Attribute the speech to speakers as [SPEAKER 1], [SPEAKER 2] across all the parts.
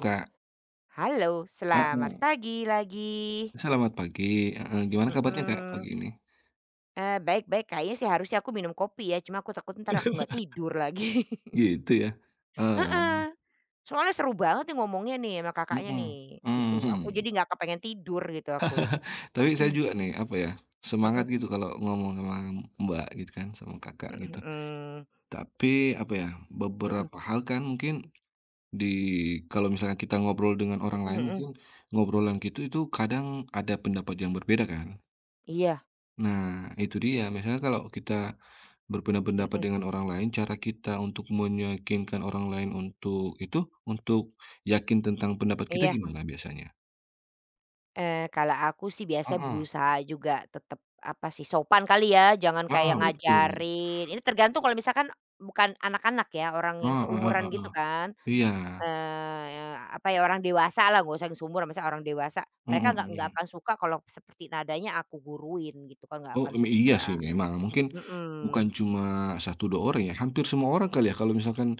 [SPEAKER 1] Kak,
[SPEAKER 2] Halo, selamat
[SPEAKER 1] heeh,
[SPEAKER 2] pagi lagi.
[SPEAKER 1] selamat pagi, heeh, gimana kabarnya Kak, pagi
[SPEAKER 2] Mhm.
[SPEAKER 1] ini?
[SPEAKER 2] Baik baik, kayaknya sih harusnya aku minum kopi ya, cuma aku takut ntar aku nggak tidur lagi.
[SPEAKER 1] Gitu ya? Eee,
[SPEAKER 2] Heeh, soalnya seru banget nih ngomongnya nih sama Kakaknya
[SPEAKER 1] mhm,
[SPEAKER 2] nih, gitu. Aku
[SPEAKER 1] mhm.
[SPEAKER 2] jadi nggak kepengen tidur gitu aku.
[SPEAKER 1] Tapi saya
[SPEAKER 2] Mhm,
[SPEAKER 1] juga nih, apa ya, semangat
[SPEAKER 2] mhm,
[SPEAKER 1] gitu kalau ngomong sama Mbak gitu kan, sama Kakak
[SPEAKER 2] mhm
[SPEAKER 1] gitu.
[SPEAKER 2] mhm,
[SPEAKER 1] Tapi apa ya,
[SPEAKER 2] mhm
[SPEAKER 1] beberapa hal kan mungkin di kalau misalnya kita ngobrol dengan orang
[SPEAKER 2] mhm
[SPEAKER 1] lain
[SPEAKER 2] mhm,
[SPEAKER 1] mungkin ngobrolan gitu itu kadang ada pendapat yang berbeda kan.
[SPEAKER 2] iya,
[SPEAKER 1] Nah itu dia, misalnya kalau kita berbeda pendapat
[SPEAKER 2] mhm,
[SPEAKER 1] dengan orang lain, cara kita untuk meyakinkan orang lain untuk itu, untuk yakin tentang pendapat kita
[SPEAKER 2] iya.
[SPEAKER 1] gimana biasanya?
[SPEAKER 2] Kalau aku sih biasanya
[SPEAKER 1] Heeh.
[SPEAKER 2] berusaha juga tetap, apa sih, sopan kali ya, jangan kayak
[SPEAKER 1] Ah, betul.
[SPEAKER 2] ngajarin ini tergantung kalau misalkan bukan anak-anak ya, orang yang
[SPEAKER 1] Heeh heeh
[SPEAKER 2] seumuran gitu
[SPEAKER 1] heeh.
[SPEAKER 2] kan,
[SPEAKER 1] Iya.
[SPEAKER 2] apa ya, orang dewasa lah, nggak usah yang seumuran, maksudnya orang dewasa.
[SPEAKER 1] Mhm
[SPEAKER 2] Mereka nggak
[SPEAKER 1] mhm.
[SPEAKER 2] akan suka kalau seperti nadanya aku guruin gitu kan, nggak
[SPEAKER 1] Oh,
[SPEAKER 2] akan
[SPEAKER 1] iya
[SPEAKER 2] suka.
[SPEAKER 1] sih memang, mungkin bukan
[SPEAKER 2] Mhm,
[SPEAKER 1] cuma satu 2 orang ya, hampir semua orang kali ya kalau misalkan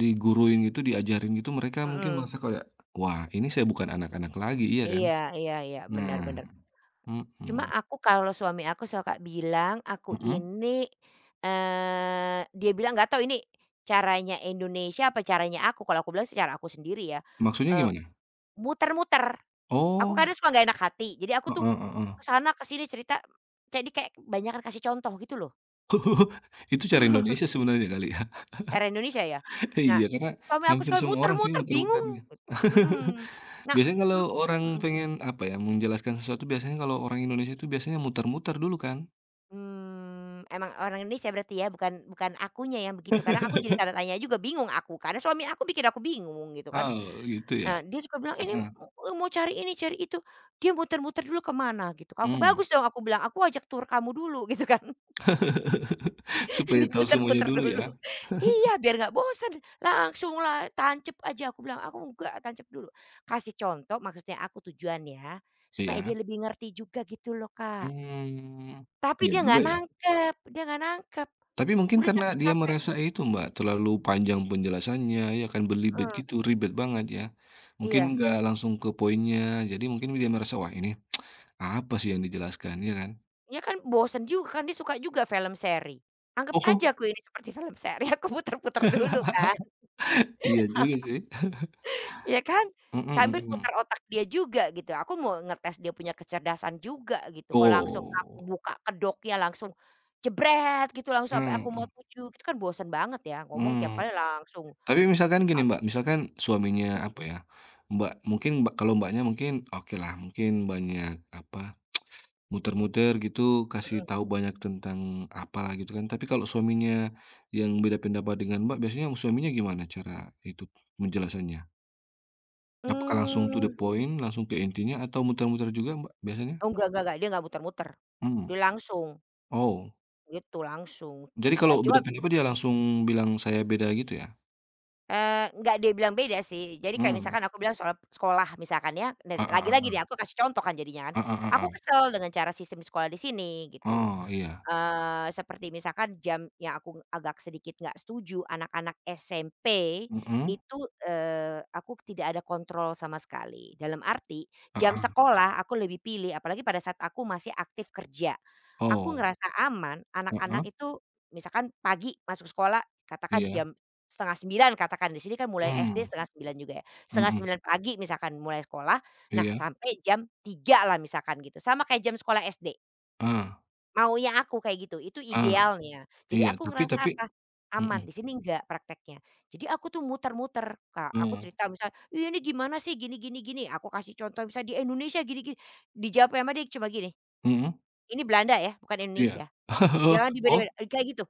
[SPEAKER 1] diguruin gitu, diajarin gitu, mereka mungkin
[SPEAKER 2] mhm.
[SPEAKER 1] merasa kayak, "Wah, ini saya bukan anak-anak lagi," iya kan?
[SPEAKER 2] Iya iya iya, benar
[SPEAKER 1] Nah,
[SPEAKER 2] benar. Cuma
[SPEAKER 1] mhm,
[SPEAKER 2] aku kalau suami aku suka bilang, aku
[SPEAKER 1] mhm?
[SPEAKER 2] ini, dia bilang nggak tahu ini caranya Indonesia apa caranya aku, kalau aku bilang secara aku sendiri ya,
[SPEAKER 1] Maksudnya
[SPEAKER 2] eee,
[SPEAKER 1] gimana?
[SPEAKER 2] muter-muter. Aku
[SPEAKER 1] Oh,
[SPEAKER 2] kadang suka nggak enak hati, jadi aku tuh
[SPEAKER 1] heeh heeh.
[SPEAKER 2] ke sana ke sini cerita, jadi kayak kebanyakan kasih contoh gitu loh.
[SPEAKER 1] Itu cara Indonesia sebenarnya kali ya?
[SPEAKER 2] Era Indonesia ya. Nah,
[SPEAKER 1] Iya, karena
[SPEAKER 2] suami aku
[SPEAKER 1] hampir
[SPEAKER 2] suka
[SPEAKER 1] semua orang sih
[SPEAKER 2] muter-muter bingung,
[SPEAKER 1] muter-muternya.
[SPEAKER 2] mhm. Nah,
[SPEAKER 1] Biasanya kalau
[SPEAKER 2] mmm,
[SPEAKER 1] orang
[SPEAKER 2] mhm.
[SPEAKER 1] pengen, apa ya, menjelaskan sesuatu biasanya kalau orang Indonesia itu biasanya muter-muter dulu kan?
[SPEAKER 2] Mmm, emang orang Indonesia berarti ya, bukan bukan akunya yang begitu, kadang aku jadi tanda tanya juga, bingung aku, karena suami aku bikin aku bingung gitu kan.
[SPEAKER 1] Oh, gitu ya?
[SPEAKER 2] Nah, dia suka bilang, "Ini
[SPEAKER 1] Heeh,
[SPEAKER 2] mau cari ini, cari itu." Dia muter-muter dulu ke mana gitu, aku,
[SPEAKER 1] mmm.
[SPEAKER 2] "Bagus dong," aku bilang, "aku ajak tur kamu dulu," gitu kan,
[SPEAKER 1] Supaya tahu semuanya
[SPEAKER 2] diputer-puter
[SPEAKER 1] dulu
[SPEAKER 2] dulu.
[SPEAKER 1] ya?
[SPEAKER 2] Iya, biar nggak bosen, langsunglah tancep aja, aku bilang, "Aku enggak, tancep dulu." Kasih contoh, maksudnya aku tujuannya, supaya
[SPEAKER 1] Iya.
[SPEAKER 2] dia lebih ngerti juga gitu loh, Kak.
[SPEAKER 1] Hmm.
[SPEAKER 2] Tapi
[SPEAKER 1] Iya
[SPEAKER 2] dia
[SPEAKER 1] juga
[SPEAKER 2] nggak
[SPEAKER 1] ya.
[SPEAKER 2] nangkep dia nggak nangkep.
[SPEAKER 1] Tapi mungkin
[SPEAKER 2] Udah
[SPEAKER 1] karena dia
[SPEAKER 2] capek-capek
[SPEAKER 1] merasa itu, Mbak, terlalu panjang penjelasannya, ya kan, berlibet
[SPEAKER 2] heeh,
[SPEAKER 1] gitu, ribet banget ya. Mungkin
[SPEAKER 2] iya.
[SPEAKER 1] nggak langsung ke poinnya, jadi mungkin dia merasa, "Wah ini apa sih yang dijelaskan, iya kan?"
[SPEAKER 2] Iya kan bosen juga kan, dia suka juga film seri. Anggap aja
[SPEAKER 1] Oh,
[SPEAKER 2] aku ini seperti film seri, aku puter-puter dulu kan,
[SPEAKER 1] iya juga sih.
[SPEAKER 2] ya kan?
[SPEAKER 1] Mhm
[SPEAKER 2] Sambil
[SPEAKER 1] mhm.
[SPEAKER 2] putar otak dia juga gitu, aku mau ngetes dia punya kecerdasan juga gitu. Kalau langsung aku
[SPEAKER 1] Oh,
[SPEAKER 2] buka kedoknya langsung jebret gitu, langsung sampai aku mau
[SPEAKER 1] mhm,
[SPEAKER 2] tuju, itu kan bosen banget ya ngomong tiap
[SPEAKER 1] mmm.
[SPEAKER 2] kali langsung,
[SPEAKER 1] Tapi misalkan gini, Mbak, misalkan suaminya, apa ya, Mbak mungkin Mbak kalau Mbaknya mungkin oke lah, mungkin banyak, apa, muter-muter gitu, kasih tahu banyak tentang apalah gitu kan. Tapi kalau suaminya yang beda pendapat dengan Mbak, biasanya suaminya gimana cara itu menjelasannya? Apakah langsung to the
[SPEAKER 2] mmm,
[SPEAKER 1] point, langsung ke intinya atau muter-muter juga, Mbak, biasanya?
[SPEAKER 2] oh enggak, dia nggak muter-muter,
[SPEAKER 1] Mmm,
[SPEAKER 2] dia langsung.
[SPEAKER 1] oh.
[SPEAKER 2] Gitu langsung,
[SPEAKER 1] Jadi
[SPEAKER 2] ya
[SPEAKER 1] kalau
[SPEAKER 2] cuma
[SPEAKER 1] beda pendapat dia langsung bilang saya beda gitu ya?
[SPEAKER 2] nggak dia bilang beda sih, jadi kayak
[SPEAKER 1] Mmm,
[SPEAKER 2] misalkan aku bilang soal sekolah misalkan ya, dan
[SPEAKER 1] heeh
[SPEAKER 2] lagi-lagi
[SPEAKER 1] heeh
[SPEAKER 2] nih aku kasih contoh kan jadinya kan,
[SPEAKER 1] heeh heeh
[SPEAKER 2] aku
[SPEAKER 1] heeh.
[SPEAKER 2] kesel dengan cara sistem sekolah di sini gitu.
[SPEAKER 1] Oh iya,
[SPEAKER 2] Seperti misalkan jam yang aku agak sedikit nggak setuju anak-anak SMP
[SPEAKER 1] mhm,
[SPEAKER 2] itu, aku tidak ada kontrol sama sekali. Dalam arti jam
[SPEAKER 1] heeh,
[SPEAKER 2] sekolah aku lebih pilih apalagi pada saat aku masih aktif kerja. Aku
[SPEAKER 1] oh,
[SPEAKER 2] ngerasa aman anak-anak
[SPEAKER 1] heeh,
[SPEAKER 2] itu misalkan pagi masuk sekolah katakan
[SPEAKER 1] iya,
[SPEAKER 2] jam setengah sembilan katakan di sini kan mulai SD
[SPEAKER 1] mmm,
[SPEAKER 2] setengah sembilan juga ya, setengah
[SPEAKER 1] mhm,
[SPEAKER 2] sembilan pagi misalkan mulai sekolah, nah
[SPEAKER 1] iya,
[SPEAKER 2] sampai jam tiga lah misalkan gitu sama kayak jam sekolah SD.
[SPEAKER 1] heeh
[SPEAKER 2] Maunya aku kayak gitu, itu
[SPEAKER 1] heeh,
[SPEAKER 2] idealnya. Jadi
[SPEAKER 1] iya,
[SPEAKER 2] aku ngerasa
[SPEAKER 1] tapi
[SPEAKER 2] apa, aman,
[SPEAKER 1] mhm,
[SPEAKER 2] di sini enggak prakteknya. Jadi aku tuh muter-muter, Kak, aku
[SPEAKER 1] heeh,
[SPEAKER 2] cerita misal, "Iya, ini gimana sih gini gini gini," aku kasih contoh misal di Indonesia gini gini, dijawab sama dia cuma gini,
[SPEAKER 1] mhm,
[SPEAKER 2] "Ini Belanda ya, bukan
[SPEAKER 1] iya.
[SPEAKER 2] Indonesia, jangan
[SPEAKER 1] Oh
[SPEAKER 2] dibeda-beda," kayak gitu.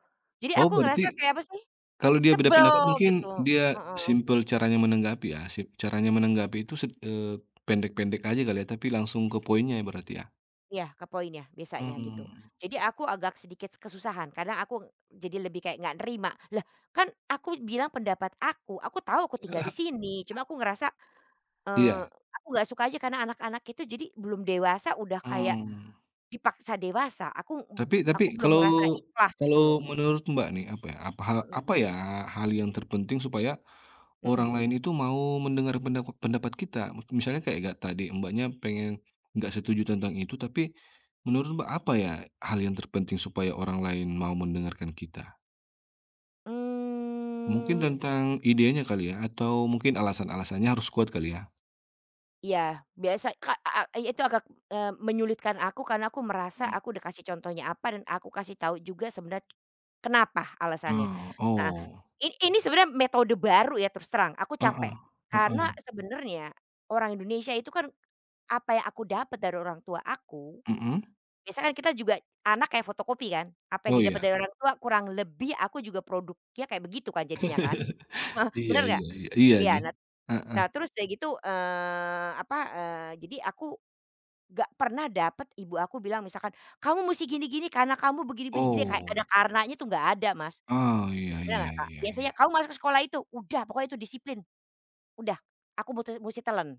[SPEAKER 2] Jadi
[SPEAKER 1] oh
[SPEAKER 2] aku ngerasa
[SPEAKER 1] berarti
[SPEAKER 2] kayak apa sih,
[SPEAKER 1] kalau dia beda
[SPEAKER 2] sebel
[SPEAKER 1] pendapat mungkin
[SPEAKER 2] gitu,
[SPEAKER 1] dia
[SPEAKER 2] heeh.
[SPEAKER 1] simpel caranya menanggapi ya, sip caranya menanggapi itu pendek-pendek aja kali ya, tapi langsung ke poinnya ya berarti ya?
[SPEAKER 2] Iya, ke poinnya biasanya gitu.
[SPEAKER 1] Mmm,
[SPEAKER 2] Jadi aku agak sedikit kesusahan karena aku jadi lebih kayak nggak nerima. Lah kan aku bilang pendapat aku tahu aku tinggal di sini, cuma aku ngerasa, eee,
[SPEAKER 1] iya,
[SPEAKER 2] aku nggak suka aja karena anak-anak itu jadi belum dewasa udah kayak
[SPEAKER 1] mmm.
[SPEAKER 2] dipaksa dewasa, aku
[SPEAKER 1] Tapi
[SPEAKER 2] aku belum
[SPEAKER 1] kalau
[SPEAKER 2] ngerasa ikhlas gitu
[SPEAKER 1] kalau
[SPEAKER 2] loh.
[SPEAKER 1] menurut Mbak nih, apa ya, apa hal
[SPEAKER 2] Mhm
[SPEAKER 1] apa ya hal yang terpenting supaya
[SPEAKER 2] mhm.
[SPEAKER 1] orang lain itu mau mendengar pendapat pendapat kita? Misalnya kayak gak tadi Mbaknya pengen nggak setuju tentang itu, tapi menurut Mbak apa ya hal yang terpenting supaya orang lain mau mendengarkan kita? Mungkin
[SPEAKER 2] Mmm.
[SPEAKER 1] tentang idenya kali ya? Atau mungkin alasan-alasannya harus kuat kali ya?
[SPEAKER 2] Iya, biasa ka a a itu agak, menyulitkan aku karena aku merasa aku udah kasih contohnya apa dan aku kasih tahu juga sebenarnya kenapa alasannya.
[SPEAKER 1] Mmm,
[SPEAKER 2] Heeh,
[SPEAKER 1] oh
[SPEAKER 2] ini sebenarnya metode baru ya terus terang, aku
[SPEAKER 1] oh,
[SPEAKER 2] capek.
[SPEAKER 1] heeh
[SPEAKER 2] Karena
[SPEAKER 1] heeh,
[SPEAKER 2] sebenarnya orang Indonesia itu kan apa yang aku dapat dari orang tua aku,
[SPEAKER 1] mhm,
[SPEAKER 2] biasanya kan kita juga anak kayak fotokopi kan, apa yang
[SPEAKER 1] oh
[SPEAKER 2] didapat
[SPEAKER 1] iya.
[SPEAKER 2] dari orang tua kurang lebih aku juga produknya kayak begitu kan jadinya kan,
[SPEAKER 1] Iya
[SPEAKER 2] bener nggak?
[SPEAKER 1] iya iya iya
[SPEAKER 2] Iya,
[SPEAKER 1] sih,
[SPEAKER 2] nah
[SPEAKER 1] heeh,
[SPEAKER 2] nah terus udah gitu, jadi aku gak pernah dapet ibu aku bilang misalkan, "Kamu mesti gini-gini karena kamu begini-begini." Jadi kayak ada
[SPEAKER 1] oh.
[SPEAKER 2] karenanya tuh nggak ada, Mas.
[SPEAKER 1] Oh, iya
[SPEAKER 2] Bener
[SPEAKER 1] iya
[SPEAKER 2] nggak, Kak?
[SPEAKER 1] iya iya.
[SPEAKER 2] Biasanya, "Kamu masuk ke sekolah itu, udah pokoknya itu disiplin, udah." Aku musti telan.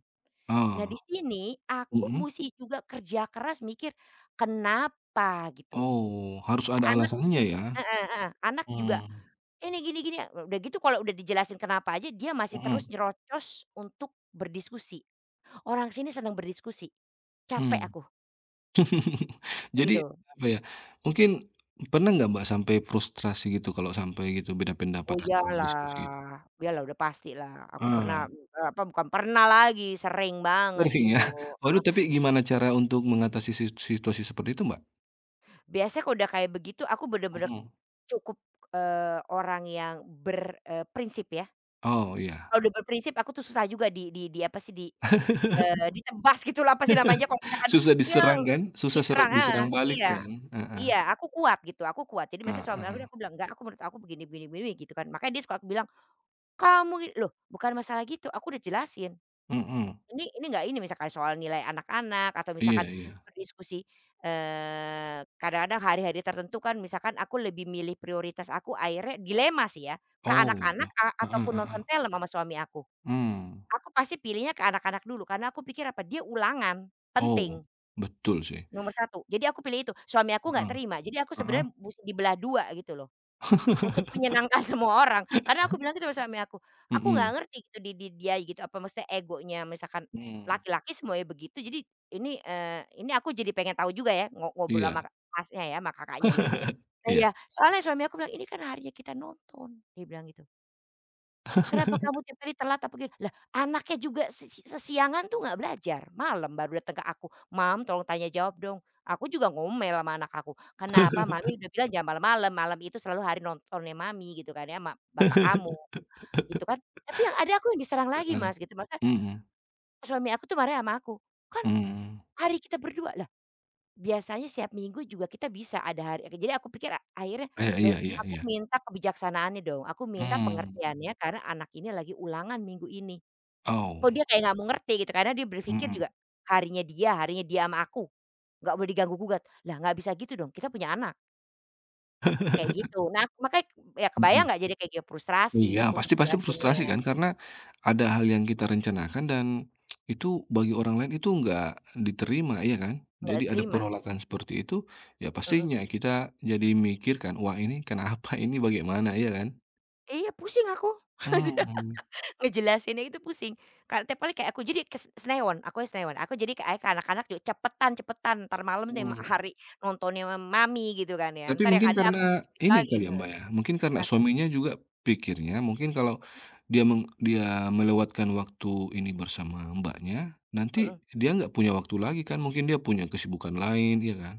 [SPEAKER 2] Nah
[SPEAKER 1] Oh,
[SPEAKER 2] di sini aku
[SPEAKER 1] mhm.
[SPEAKER 2] musti juga kerja keras mikir, kenapa gitu.
[SPEAKER 1] Oh, harus ada
[SPEAKER 2] Anak
[SPEAKER 1] alasannya ya?
[SPEAKER 2] heeh heeh, anak juga,
[SPEAKER 1] Mmm,
[SPEAKER 2] "Ini gini gini." Udah gitu kalau udah dijelasin kenapa aja dia masih terus
[SPEAKER 1] mhm,
[SPEAKER 2] nyerocos untuk berdiskusi. Orang sini senang berdiskusi, capek
[SPEAKER 1] mmm.
[SPEAKER 2] aku,
[SPEAKER 1] Jadi,
[SPEAKER 2] gitu.
[SPEAKER 1] apa ya, mungkin pernah nggak Mbak sampai frustrasi gitu kalau sampai gitu beda pendapat
[SPEAKER 2] Oh
[SPEAKER 1] atau
[SPEAKER 2] iyalah,
[SPEAKER 1] diskusi gitu?
[SPEAKER 2] iyalah udah pastilah aku pernah,
[SPEAKER 1] Ah,
[SPEAKER 2] apa bukan pernah lagi, sering banget
[SPEAKER 1] sering ya?
[SPEAKER 2] gitu,
[SPEAKER 1] Waduh, tapi
[SPEAKER 2] heeh.
[SPEAKER 1] gimana cara untuk mengatasi situasi seperti itu Mbak?
[SPEAKER 2] Biasanya kalau udah kayak begitu aku bener-bener
[SPEAKER 1] Mhm.
[SPEAKER 2] cukup, orang yang prinsip ya.
[SPEAKER 1] Oh, iya.
[SPEAKER 2] Kalau udah berprinsip aku tuh susah juga di apa sih, ditebas gitu lah, apa sih namanya kalau misalkan
[SPEAKER 1] Susah
[SPEAKER 2] iya,
[SPEAKER 1] diserang kan? Susah seret
[SPEAKER 2] diserang heeh,
[SPEAKER 1] diserang balik
[SPEAKER 2] iya
[SPEAKER 1] kan? Heeh,
[SPEAKER 2] iya aku kuat gitu, aku kuat. Jadi maksudnya suami aku
[SPEAKER 1] heeh.
[SPEAKER 2] aku bilang, "Enggak, aku menurut aku begini begini begini," gitu kan. Makanya dia suka bilang, "Kamu" loh bukan masalah gitu, aku udah jelasin.
[SPEAKER 1] Mhm,
[SPEAKER 2] Ini nggak ini misalkan soal nilai anak-anak atau
[SPEAKER 1] iya
[SPEAKER 2] misalkan
[SPEAKER 1] iya.
[SPEAKER 2] berdiskusi, kadang-kadang hari-hari tertentu kan misalkan aku lebih milih prioritas aku akhirnya dilema sih ya, ke
[SPEAKER 1] Oh, gitu.
[SPEAKER 2] anak-anak
[SPEAKER 1] Heeh
[SPEAKER 2] ataupun
[SPEAKER 1] heeh.
[SPEAKER 2] nonton film sama suami aku.
[SPEAKER 1] Mmm.
[SPEAKER 2] Aku pasti pilihnya ke anak-anak dulu karena aku pikir apa, dia ulangan,
[SPEAKER 1] Oh,
[SPEAKER 2] penting,
[SPEAKER 1] betul sih.
[SPEAKER 2] nomor satu. Jadi aku pilih itu, suami aku nggak
[SPEAKER 1] Heeh,
[SPEAKER 2] terima. Jadi aku
[SPEAKER 1] heeh.
[SPEAKER 2] sebenarnya musti dibelah 2 gitu loh. Untuk menyenangkan semua orang, karena aku bilang gitu sama suami aku nggak
[SPEAKER 1] Mhm,
[SPEAKER 2] ngerti gitu di dia gitu, apa maksudnya egonya misalkan
[SPEAKER 1] mmm,
[SPEAKER 2] laki-laki semuanya begitu, jadi ini aku jadi pengen tahu juga ya ngobrol
[SPEAKER 1] iya.
[SPEAKER 2] sama masnya ya, sama Kakaknya nih. Nah,
[SPEAKER 1] Iya.
[SPEAKER 2] iya, soalnya suami aku bilang, "Ini kan harinya kita nonton," dia bilang gitu. "Kenapa kamu tiap hari telat?" Apa gini, lah anaknya juga se se sesiangan tuh nggak belajar, malam baru datang ke aku, "Mom tolong tanya jawab dong." Aku juga ngomel sama anak aku, "Kenapa mami udah bilang jangan malam-malam, malam itu selalu hari nontonnya mami," gitu kan ya, sama bapak kamu," gitu kan. Tapi yang ada aku yang diserang lagi
[SPEAKER 1] Heeh,
[SPEAKER 2] Mas gitu, maksudnya
[SPEAKER 1] mhm,
[SPEAKER 2] suami aku tuh marah sama aku, "Kan
[SPEAKER 1] mmm.
[SPEAKER 2] hari kita berdua." Lah biasanya setiap minggu juga kita bisa ada hari jadi aku pikir akhirnya
[SPEAKER 1] Iya
[SPEAKER 2] loh
[SPEAKER 1] iya iya
[SPEAKER 2] aku
[SPEAKER 1] iya.
[SPEAKER 2] minta kebijaksanaannya dong, aku minta
[SPEAKER 1] Mmm,
[SPEAKER 2] pengertiannya karena anak ini lagi ulangan minggu ini. Kok
[SPEAKER 1] oh,
[SPEAKER 2] dia kayak nggak mau ngerti gitu, karena dia berpikir
[SPEAKER 1] mhm.
[SPEAKER 2] juga, harinya dia sama aku, nggak boleh diganggu-gugat. Lah nggak bisa gitu dong, kita punya anak, kayak gitu. Nah makanya ya kebayang
[SPEAKER 1] Mhm.
[SPEAKER 2] nggak jadi kayak gitu, frustrasi
[SPEAKER 1] Iya,
[SPEAKER 2] aku untuk
[SPEAKER 1] pasti pasti frustrasi
[SPEAKER 2] jelasinnya,
[SPEAKER 1] kan, karena ada hal yang kita rencanakan dan itu bagi orang lain itu nggak diterima, iya kan? Jadi
[SPEAKER 2] nggak
[SPEAKER 1] ada Mhm.
[SPEAKER 2] terima,
[SPEAKER 1] penolakan seperti itu, ya
[SPEAKER 2] mhm.
[SPEAKER 1] pastinya kita jadi mikirkan, "Wah ini kenapa? Ini bagaimana?" Iya kan?
[SPEAKER 2] Iya pusing aku,
[SPEAKER 1] Hmm.
[SPEAKER 2] ngejelasinnya itu pusing, karena tiap kali kayak aku jadi senewan, akunya senewan, aku jadi kayak ke anak-anak juga, "Cepetan cepetan, ntar malam nih
[SPEAKER 1] Hmm.
[SPEAKER 2] hari nontonnya sama mami," gitu kan ya,
[SPEAKER 1] Tapi
[SPEAKER 2] entar yang
[SPEAKER 1] mungkin
[SPEAKER 2] ada aku
[SPEAKER 1] karena
[SPEAKER 2] dijepit
[SPEAKER 1] ini
[SPEAKER 2] lagi,
[SPEAKER 1] kali ya,
[SPEAKER 2] heeh,
[SPEAKER 1] Mbak, ya, mungkin karena
[SPEAKER 2] kenapa?
[SPEAKER 1] suaminya juga pikirnya mungkin kalau dia meng dia melewatkan waktu ini bersama Mbaknya, nanti
[SPEAKER 2] Mhm.
[SPEAKER 1] dia nggak punya waktu lagi kan, mungkin dia punya kesibukan lain, iya kan?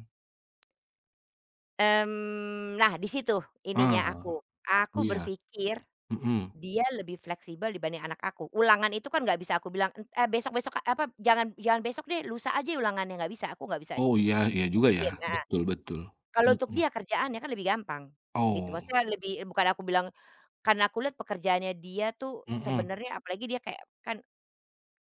[SPEAKER 2] Nah di situ ininya
[SPEAKER 1] Ah.
[SPEAKER 2] aku
[SPEAKER 1] Iya,
[SPEAKER 2] berpikir
[SPEAKER 1] mhm.
[SPEAKER 2] dia lebih fleksibel dibanding anak aku. Ulangan itu kan nggak bisa aku bilang, "Eh, besok-besok apa jangan jangan besok deh, lusa aja ulangannya." Nggak bisa, aku nggak bisa
[SPEAKER 1] Oh iya iya juga ya,
[SPEAKER 2] putusin. Nah,
[SPEAKER 1] betul betul,
[SPEAKER 2] kalau untuk
[SPEAKER 1] mhm.
[SPEAKER 2] dia kerjaannya kan lebih gampang gitu,
[SPEAKER 1] Oh,
[SPEAKER 2] maksudnya lebih bukan aku bilang karena aku lihat pekerjaannya dia tuh
[SPEAKER 1] mhm,
[SPEAKER 2] sebenarnya apalagi dia kayak kan,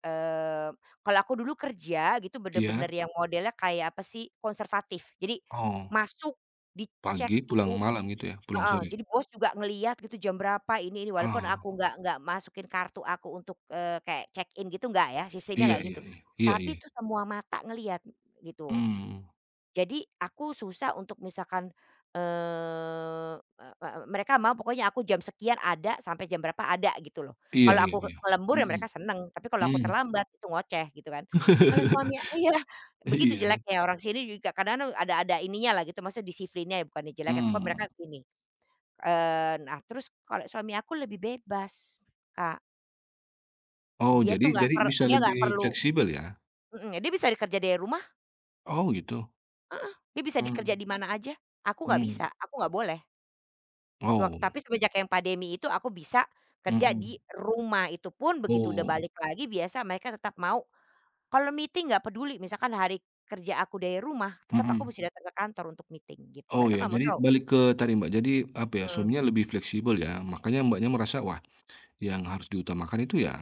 [SPEAKER 2] eee, kalau aku dulu kerja gitu bener-bener
[SPEAKER 1] iya,
[SPEAKER 2] yang modelnya kayak apa sih, konservatif. Jadi
[SPEAKER 1] oh,
[SPEAKER 2] masuk, dicek
[SPEAKER 1] pagi pulang
[SPEAKER 2] gitu.
[SPEAKER 1] malam gitu ya, pulang
[SPEAKER 2] Heeh,
[SPEAKER 1] sore?
[SPEAKER 2] jadi bos juga ngelihat gitu jam berapa ini walaupun
[SPEAKER 1] Oh,
[SPEAKER 2] aku nggak masukin kartu aku untuk, kayak check in gitu nggak ya, sistemnya
[SPEAKER 1] iya
[SPEAKER 2] nggak
[SPEAKER 1] iya
[SPEAKER 2] gitu.
[SPEAKER 1] iya, iya
[SPEAKER 2] Tapi
[SPEAKER 1] iya,
[SPEAKER 2] itu semua mata ngelihat gitu.
[SPEAKER 1] mmm,
[SPEAKER 2] Jadi aku susah untuk misalkan, eee, e e mereka mau pokoknya aku jam sekian ada sampai jam berapa ada gitu loh.
[SPEAKER 1] iya
[SPEAKER 2] Kalau
[SPEAKER 1] iya
[SPEAKER 2] aku
[SPEAKER 1] iya,
[SPEAKER 2] lembur ya
[SPEAKER 1] mhm,
[SPEAKER 2] mereka seneng, tapi kalau aku
[SPEAKER 1] mmm.
[SPEAKER 2] terlambat itu ngoceh gitu kan. Kalau suami iya, begitu
[SPEAKER 1] Iya ya,
[SPEAKER 2] jeleknya orang sini juga kadang-kadang ada ininya lah gitu, maksudnya disiplinnya ya bukannya jelek ya, pokoknya mereka
[SPEAKER 1] mmm,
[SPEAKER 2] gini. Nah terus kalau suami aku lebih bebas, Kak.
[SPEAKER 1] oh
[SPEAKER 2] Dia tuh nggak
[SPEAKER 1] jadi
[SPEAKER 2] per
[SPEAKER 1] bisa
[SPEAKER 2] dia nggak
[SPEAKER 1] lebih
[SPEAKER 2] perlu
[SPEAKER 1] fleksibel ya?
[SPEAKER 2] mhm, dia bisa kerja dari rumah,
[SPEAKER 1] Oh gitu,
[SPEAKER 2] dia bisa di
[SPEAKER 1] mmm,
[SPEAKER 2] di mana aja. Aku nggak bisa,
[SPEAKER 1] mmm,
[SPEAKER 2] aku nggak boleh.
[SPEAKER 1] oh,
[SPEAKER 2] Tapi semenjak yang pandemi itu aku bisa kerja di
[SPEAKER 1] mhm,
[SPEAKER 2] rumah, itu pun begitu udah
[SPEAKER 1] oh,
[SPEAKER 2] balik lagi biasa mereka tetap mau kalau meeting nggak peduli, misalkan hari kerja aku dari rumah, tetap aku
[SPEAKER 1] mhm.
[SPEAKER 2] mesti datang ke kantor untuk meeting gitu,
[SPEAKER 1] Oh
[SPEAKER 2] mereka
[SPEAKER 1] ya,
[SPEAKER 2] nggak mau
[SPEAKER 1] jadi
[SPEAKER 2] tahu.
[SPEAKER 1] balik ke tadi Mbak, jadi apa ya,
[SPEAKER 2] Mhm
[SPEAKER 1] suaminya lebih fleksibel ya, makanya Mbaknya merasa, wah yang harus diutamakan itu ya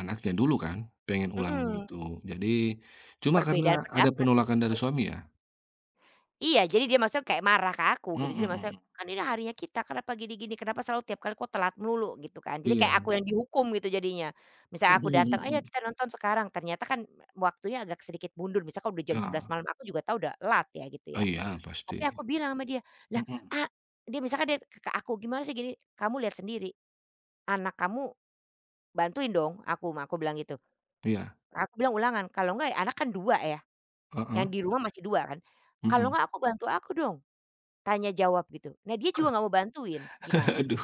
[SPEAKER 1] anaknya dulu kan, pengen ulangan
[SPEAKER 2] mhm,
[SPEAKER 1] gitu. Jadi cuma
[SPEAKER 2] perbedaan
[SPEAKER 1] karena ada
[SPEAKER 2] pendapat di
[SPEAKER 1] penolakan dari
[SPEAKER 2] situ.
[SPEAKER 1] suami ya?
[SPEAKER 2] Iya, jadi dia maksudnya kayak marah ke aku
[SPEAKER 1] Mhm
[SPEAKER 2] gitu, jadi maksudnya,
[SPEAKER 1] mhm.
[SPEAKER 2] "Kan ini harinya kita, kenapa gini-gini, kenapa selalu tiap kali kok telat melulu?" Gitu kan. Jadi
[SPEAKER 1] Iya.
[SPEAKER 2] kayak aku yang dihukum gitu jadinya. Misalnya
[SPEAKER 1] Mhm
[SPEAKER 2] aku datang,
[SPEAKER 1] mhm.
[SPEAKER 2] "Ayo
[SPEAKER 1] mhm.
[SPEAKER 2] kita nonton sekarang," ternyata kan waktunya agak sedikit mundur, misalnya misalkan udah jam 11
[SPEAKER 1] Ah,
[SPEAKER 2] malam, aku juga tahu udah lat ya gitu
[SPEAKER 1] oh
[SPEAKER 2] ya.
[SPEAKER 1] iya pasti.
[SPEAKER 2] Tapi aku bilang sama dia, "Lah,
[SPEAKER 1] Mhm.
[SPEAKER 2] a" dia misalkan dia ke aku, "Gimana sih gini?" "Kamu lihat sendiri, anak kamu bantuin dong aku bilang gitu.
[SPEAKER 1] Iya,
[SPEAKER 2] Aku bilang ulangan, "Kalau enggak ya anak kan 2 ya,
[SPEAKER 1] heeh,
[SPEAKER 2] yang di rumah masih 2 kan, kalau
[SPEAKER 1] mhm.
[SPEAKER 2] enggak aku bantu aku dong." Tanya jawab gitu. Nah dia juga nggak mau bantuin, gimana?
[SPEAKER 1] Aduh.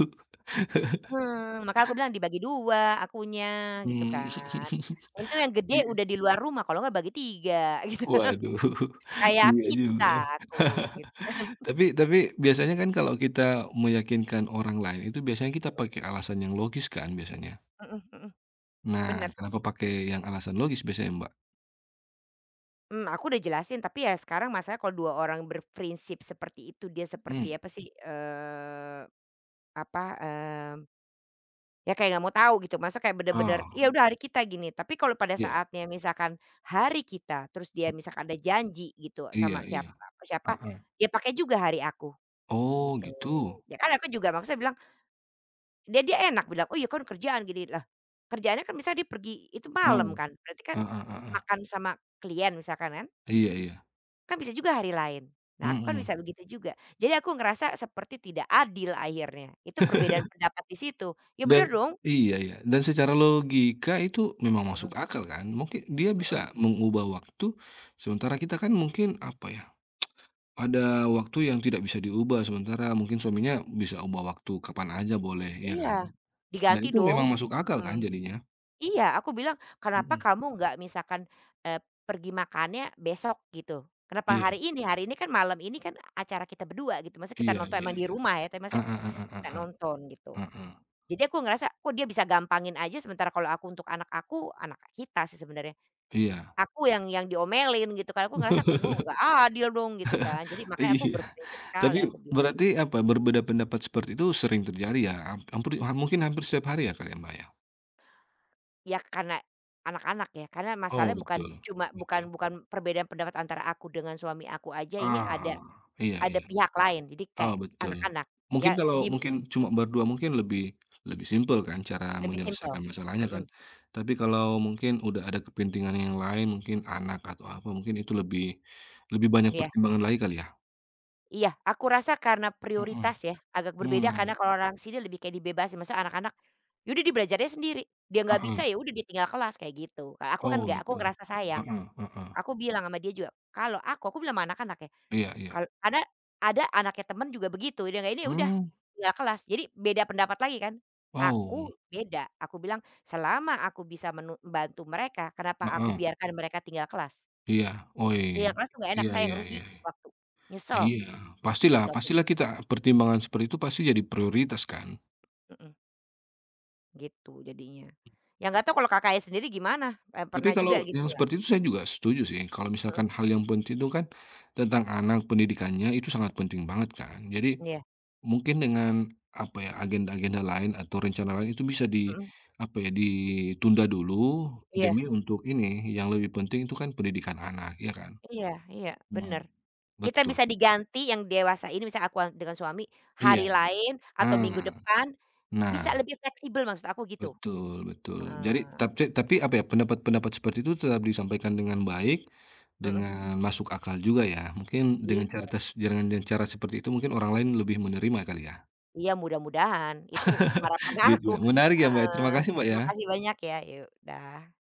[SPEAKER 2] Mhm, maka aku bilang dibagi 2 akunya gitu
[SPEAKER 1] Mmm.
[SPEAKER 2] kan. Untung yang gede udah di luar rumah kalau nggak bagi 3, gitu.
[SPEAKER 1] waduh,
[SPEAKER 2] Kayak
[SPEAKER 1] iya juga.
[SPEAKER 2] pizza aku gitu.
[SPEAKER 1] Tapi biasanya kan kalau kita meyakinkan orang lain itu biasanya kita pakai alasan yang logis kan biasanya?
[SPEAKER 2] Mhm mhm,
[SPEAKER 1] Nah,
[SPEAKER 2] bener.
[SPEAKER 1] kenapa pakai yang alasan logis biasanya, Mbak?
[SPEAKER 2] Mmm, aku udah jelasin tapi ya sekarang masalahnya kalau 2 orang berprinsip seperti itu dia seperti
[SPEAKER 1] Mhm.
[SPEAKER 2] apa sih, eee, apa, eee ya kayak nggak mau tahu gitu, maksudnya kayak bener-bener,
[SPEAKER 1] Oh,
[SPEAKER 2] ya udah hari kita gini, tapi kalau pada
[SPEAKER 1] iya
[SPEAKER 2] saatnya misalkan hari kita, terus dia misalkan ada janji gitu
[SPEAKER 1] iya
[SPEAKER 2] sama
[SPEAKER 1] iya,
[SPEAKER 2] siapa siapa,
[SPEAKER 1] heeh.
[SPEAKER 2] dia pakai juga hari aku,
[SPEAKER 1] Oh
[SPEAKER 2] gitu.
[SPEAKER 1] gitu?
[SPEAKER 2] Ya kan aku juga maksudnya bilang dia dia enak bilang, "Oh ya kan kerjaan gini." Lah, kerjaannya kan misalnya dia pergi itu
[SPEAKER 1] Ah,
[SPEAKER 2] malam kan, berarti kan
[SPEAKER 1] ah, ah, ah. Ah.
[SPEAKER 2] makan sama klien misalkan kan,
[SPEAKER 1] Iya iya,
[SPEAKER 2] kan bisa juga hari lain. Nah aku kan
[SPEAKER 1] mhm.
[SPEAKER 2] bisa begitu juga. Jadi aku ngerasa seperti tidak adil akhirnya, itu perbedaan pendapat di situ. Ya
[SPEAKER 1] Dan
[SPEAKER 2] bener dong.
[SPEAKER 1] iya iya, dan secara logika itu memang masuk
[SPEAKER 2] Mhm,
[SPEAKER 1] akal kan? Mungkin dia bisa
[SPEAKER 2] mhm.
[SPEAKER 1] mengubah waktu, sementara kita kan mungkin, apa ya, ada waktu yang tidak bisa diubah, sementara mungkin suaminya bisa ubah waktu kapan aja boleh, iya
[SPEAKER 2] Iya,
[SPEAKER 1] kan? Dan
[SPEAKER 2] diganti
[SPEAKER 1] itu
[SPEAKER 2] dong,
[SPEAKER 1] memang masuk akal
[SPEAKER 2] mhm.
[SPEAKER 1] kan jadinya?
[SPEAKER 2] Iya, aku bilang, "Kenapa
[SPEAKER 1] Mhm.
[SPEAKER 2] kamu nggak misalkan, eee, pergi makannya besok?" Gitu. "Kenapa
[SPEAKER 1] Iya
[SPEAKER 2] hari ini? Hari ini kan malam ini kan acara kita berdua," gitu. Masa kita
[SPEAKER 1] iya
[SPEAKER 2] nonton
[SPEAKER 1] iya.
[SPEAKER 2] emang di rumah ya, tapi masa
[SPEAKER 1] Heeh heeh
[SPEAKER 2] kita
[SPEAKER 1] heeh
[SPEAKER 2] nonton gitu.
[SPEAKER 1] heeh.
[SPEAKER 2] Jadi aku ngerasa, kok dia bisa gampangin aja sementara kalau aku untuk anak aku, anak kita sih sebenarnya,
[SPEAKER 1] Iya.
[SPEAKER 2] aku yang diomelin gitu kan. Aku ngerasa, "Duh, nggak adil dong," gitu kan. Jadi makanya aku
[SPEAKER 1] Iya.
[SPEAKER 2] berprinsip
[SPEAKER 1] Tapi
[SPEAKER 2] sekali, aku bilang.
[SPEAKER 1] berarti apa, berbeda pendapat seperti itu sering terjadi ya? Hampir mungkin hampir setiap hari ya Kak ya, Mbak, ya?
[SPEAKER 2] Ya karena anak-anak ya, karena
[SPEAKER 1] Oh
[SPEAKER 2] masalahnya bukan
[SPEAKER 1] betul
[SPEAKER 2] cuma bukan
[SPEAKER 1] betul.
[SPEAKER 2] bukan perbedaan pendapat antara aku dengan suami aku aja, ini ada
[SPEAKER 1] Ah, iya
[SPEAKER 2] ada
[SPEAKER 1] iya.
[SPEAKER 2] pihak lain, jadi
[SPEAKER 1] Oh,
[SPEAKER 2] kayak
[SPEAKER 1] betul.
[SPEAKER 2] anak-anak,
[SPEAKER 1] Mungkin
[SPEAKER 2] ya
[SPEAKER 1] kalau
[SPEAKER 2] di
[SPEAKER 1] mungkin cuma berdua mungkin lebih lebih simpel kan cara
[SPEAKER 2] lebih simpel.
[SPEAKER 1] menyelesaikan masalahnya kan.
[SPEAKER 2] Mhm,
[SPEAKER 1] Tapi kalau mungkin udah ada kepentingan yang lain, mungkin anak atau apa, mungkin itu lebih lebih banyak
[SPEAKER 2] iya
[SPEAKER 1] pertimbangan lagi kali ya?
[SPEAKER 2] iya, aku rasa karena
[SPEAKER 1] Mhm,
[SPEAKER 2] prioritas ya, agak berbeda karena
[SPEAKER 1] mmm,
[SPEAKER 2] kalau orang sini lebih kayak dibebasin, maksudnya anak-anak, ya udah dia belajarnya sendiri, dia nggak
[SPEAKER 1] heeh.
[SPEAKER 2] bisa, ya udah dia tinggal kelas, kayak gitu. Kalau aku kan
[SPEAKER 1] Oh,
[SPEAKER 2] nggak, aku
[SPEAKER 1] gitu.
[SPEAKER 2] ngerasa sayang.
[SPEAKER 1] Heeh heeh.
[SPEAKER 2] Aku bilang sama dia juga, "Kalau aku bilang sama anak-anak ya,
[SPEAKER 1] Iya iya.
[SPEAKER 2] kalau ada anaknya temen juga begitu, dia nggak ini, udah
[SPEAKER 1] Mmm,
[SPEAKER 2] tinggal kelas. Jadi beda pendapat lagi kan.
[SPEAKER 1] oh,
[SPEAKER 2] Aku beda, aku bilang, "Selama aku bisa bantu mereka, kenapa aku
[SPEAKER 1] heeh.
[SPEAKER 2] biarkan mereka tinggal kelas?
[SPEAKER 1] Iya. Oi.
[SPEAKER 2] Tinggal kelas tuh nggak enak,
[SPEAKER 1] Iya
[SPEAKER 2] saya yang
[SPEAKER 1] iya
[SPEAKER 2] rugi
[SPEAKER 1] iya.
[SPEAKER 2] waktu, nyesel,"
[SPEAKER 1] Iya, pastilah
[SPEAKER 2] gitu aku.
[SPEAKER 1] pastilah kita pertimbangan seperti itu pasti jadi prioritas kan.
[SPEAKER 2] Mhm, gitu jadinya. Ya nggak tahu kalau Kakaknya sendiri gimana?
[SPEAKER 1] Tapi
[SPEAKER 2] Pernah juga
[SPEAKER 1] kalau
[SPEAKER 2] gitu
[SPEAKER 1] yang
[SPEAKER 2] nggak?
[SPEAKER 1] seperti itu saya juga setuju sih, kalau
[SPEAKER 2] Mhm,
[SPEAKER 1] misalkan hal yang penting itu kan tentang anak, pendidikannya itu sangat penting banget kan. Jadi
[SPEAKER 2] iya,
[SPEAKER 1] mungkin dengan apa ya, agenda-agenda lain atau rencana lain itu bisa di
[SPEAKER 2] mhm,
[SPEAKER 1] apa ya, ditunda dulu
[SPEAKER 2] iya,
[SPEAKER 1] demi untuk ini, yang lebih penting itu kan pendidikan anak, ya kan?
[SPEAKER 2] iya iya, bener.
[SPEAKER 1] Hmm.
[SPEAKER 2] Kita
[SPEAKER 1] Betul.
[SPEAKER 2] bisa diganti yang dewasa ini misalnya aku dengan suami, hari
[SPEAKER 1] Iya,
[SPEAKER 2] lain atau minggu
[SPEAKER 1] ah,
[SPEAKER 2] depan, bisa
[SPEAKER 1] nah,
[SPEAKER 2] lebih fleksibel maksud aku gitu.
[SPEAKER 1] betul betul. Jadi
[SPEAKER 2] Heeh,
[SPEAKER 1] tapi apa ya, pendapat-pendapat seperti itu tetap disampaikan dengan baik
[SPEAKER 2] mhm.
[SPEAKER 1] dengan masuk akal juga ya. Mungkin
[SPEAKER 2] I
[SPEAKER 1] dengan cara dengan cara seperti itu mungkin orang lain lebih menerima kali ya?
[SPEAKER 2] iya mudah-mudahan, itu harapan aku.
[SPEAKER 1] Gitu ya. Menarik ya Mbak, terima
[SPEAKER 2] Heeh,
[SPEAKER 1] kasih Mbak
[SPEAKER 2] terima kasih
[SPEAKER 1] ya.
[SPEAKER 2] banyak ya, ya udah.